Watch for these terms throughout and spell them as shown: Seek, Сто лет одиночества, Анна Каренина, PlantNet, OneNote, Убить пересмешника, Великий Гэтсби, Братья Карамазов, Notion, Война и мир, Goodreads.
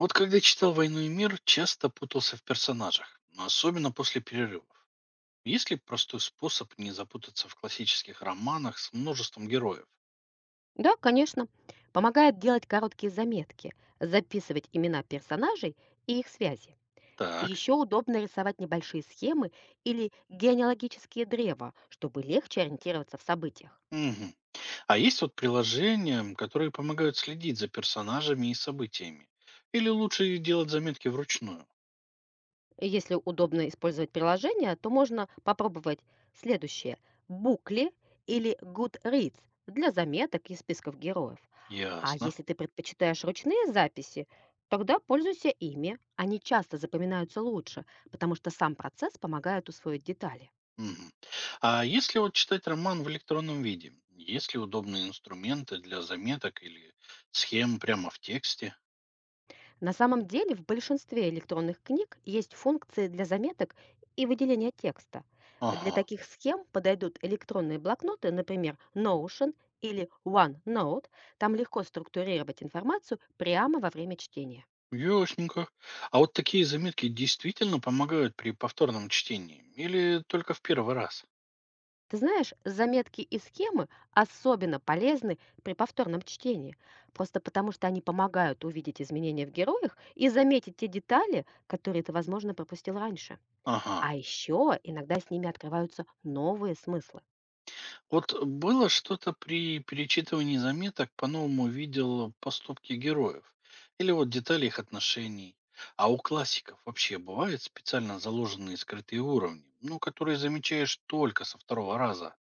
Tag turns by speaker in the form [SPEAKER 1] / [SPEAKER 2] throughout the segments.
[SPEAKER 1] Вот когда читал «Войну и мир», часто путался в персонажах, но особенно после перерывов. Есть ли простой способ не запутаться в классических романах с множеством героев?
[SPEAKER 2] Да, конечно. Помогает делать короткие заметки, записывать имена персонажей и их связи.
[SPEAKER 1] Так.
[SPEAKER 2] Еще удобно рисовать небольшие схемы или генеалогические древа, чтобы легче ориентироваться в событиях.
[SPEAKER 1] Мгм. А есть вот приложения, которые помогают следить за персонажами и событиями? Или лучше делать заметки вручную?
[SPEAKER 2] Если удобно использовать приложение, то можно попробовать следующее. Букли или Goodreads для заметок и списков героев. А
[SPEAKER 1] Ясно.
[SPEAKER 2] если ты предпочитаешь ручные записи, тогда пользуйся ими. Они часто запоминаются лучше, потому что сам процесс помогает усвоить детали.
[SPEAKER 1] Мгм. А если вот читать роман в электронном виде, есть ли удобные инструменты для заметок или схем прямо в тексте?
[SPEAKER 2] На самом деле в большинстве электронных книг есть функции для заметок и выделения текста. Для
[SPEAKER 1] Ага.
[SPEAKER 2] таких схем подойдут электронные блокноты, например, Notion или OneNote. Там легко структурировать информацию прямо во время чтения.
[SPEAKER 1] Ясненько. А вот такие заметки действительно помогают при повторном чтении? Или только в первый раз?
[SPEAKER 2] Ты знаешь, заметки и схемы особенно полезны при повторном чтении, просто потому что они помогают увидеть изменения в героях и заметить те детали, которые ты, возможно, пропустил раньше.
[SPEAKER 1] Ага.
[SPEAKER 2] А еще иногда с ними открываются новые смыслы.
[SPEAKER 1] Вот было что-то при перечитывании заметок, по-новому видел поступки героев? Или вот детали их отношений? А у классиков вообще бывают специально заложенные скрытые уровни, ну, которые замечаешь только со второго раза?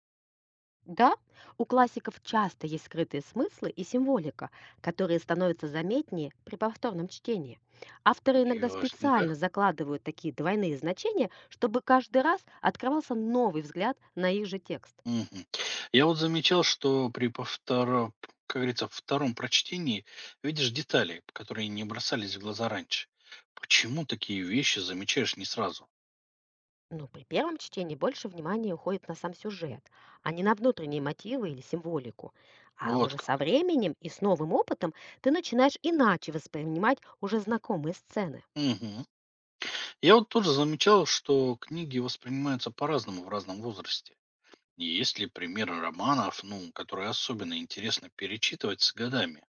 [SPEAKER 2] Да, у классиков часто есть скрытые смыслы и символика, которые становятся заметнее при повторном чтении. Авторы иногда
[SPEAKER 1] Ясненько.
[SPEAKER 2] специально закладывают такие двойные значения, чтобы каждый раз открывался новый взгляд на их же текст.
[SPEAKER 1] Мгм. Я вот замечал, что при повторо как говорится, втором прочтении видишь детали, которые не бросались в глаза раньше. Почему такие вещи замечаешь не сразу?
[SPEAKER 2] Но при первом чтении больше внимания уходит на сам сюжет, а не на внутренние мотивы или символику. А
[SPEAKER 1] Вот
[SPEAKER 2] уже
[SPEAKER 1] как.
[SPEAKER 2] со временем и с новым опытом ты начинаешь иначе воспринимать уже знакомые сцены.
[SPEAKER 1] Мгм. Я вот тоже замечал, что книги воспринимаются по-разному в разном возрасте. Есть ли примеры романов, ну, которые особенно интересно перечитывать с годами?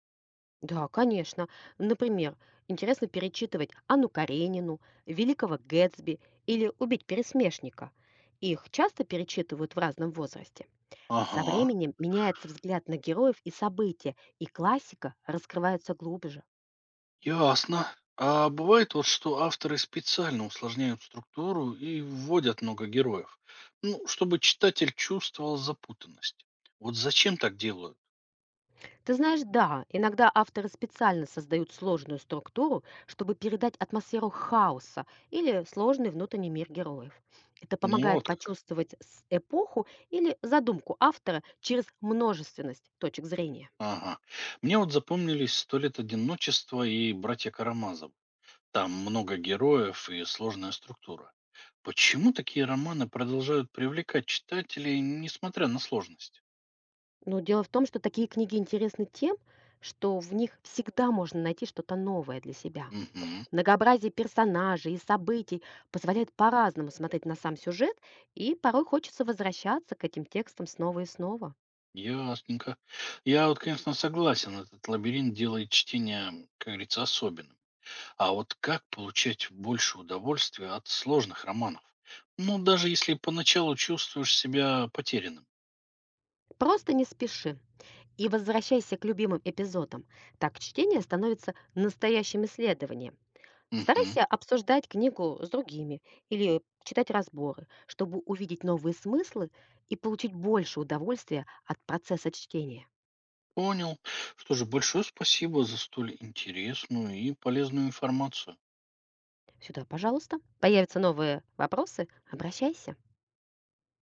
[SPEAKER 2] Да, конечно. Например, интересно перечитывать Анну Каренину, Великого Гэтсби или «Убить пересмешника». Их часто перечитывают в разном возрасте. Со
[SPEAKER 1] Ага.
[SPEAKER 2] временем меняется взгляд на героев и события, и классика раскрывается глубже.
[SPEAKER 1] Ясно. А бывает вот, что авторы специально усложняют структуру и вводят много героев, ну, чтобы читатель чувствовал запутанность. Вот зачем так делают?
[SPEAKER 2] Ты знаешь, да, иногда авторы специально создают сложную структуру, чтобы передать атмосферу хаоса или сложный внутренний мир героев. Это
[SPEAKER 1] Ну,
[SPEAKER 2] помогает
[SPEAKER 1] вот как.
[SPEAKER 2] почувствовать эпоху или задумку автора через множественность точек зрения.
[SPEAKER 1] Ага. Мне вот запомнились «Сто лет одиночества» и «Братья Карамазов». Там много героев и сложная структура. Почему такие романы продолжают привлекать читателей, несмотря на сложность?
[SPEAKER 2] Но дело в том, что такие книги интересны тем, что в них всегда можно найти что-то новое для себя.
[SPEAKER 1] Угу.
[SPEAKER 2] Многообразие персонажей и событий позволяет по-разному смотреть на сам сюжет, и порой хочется возвращаться к этим текстам снова и снова.
[SPEAKER 1] Ясненько. Я вот, конечно, согласен, этот лабиринт делает чтение, как говорится, особенным. А вот как получать больше удовольствия от сложных романов? Ну, даже если поначалу чувствуешь себя потерянным.
[SPEAKER 2] Просто не спеши и возвращайся к любимым эпизодам. Так чтение становится настоящим исследованием.
[SPEAKER 1] Мгм.
[SPEAKER 2] Старайся обсуждать книгу с другими или читать разборы, чтобы увидеть новые смыслы и получить больше удовольствия от процесса чтения.
[SPEAKER 1] Понял. Что же, большое спасибо за столь интересную и полезную информацию.
[SPEAKER 2] Сюда, пожалуйста. Появятся новые вопросы, обращайся.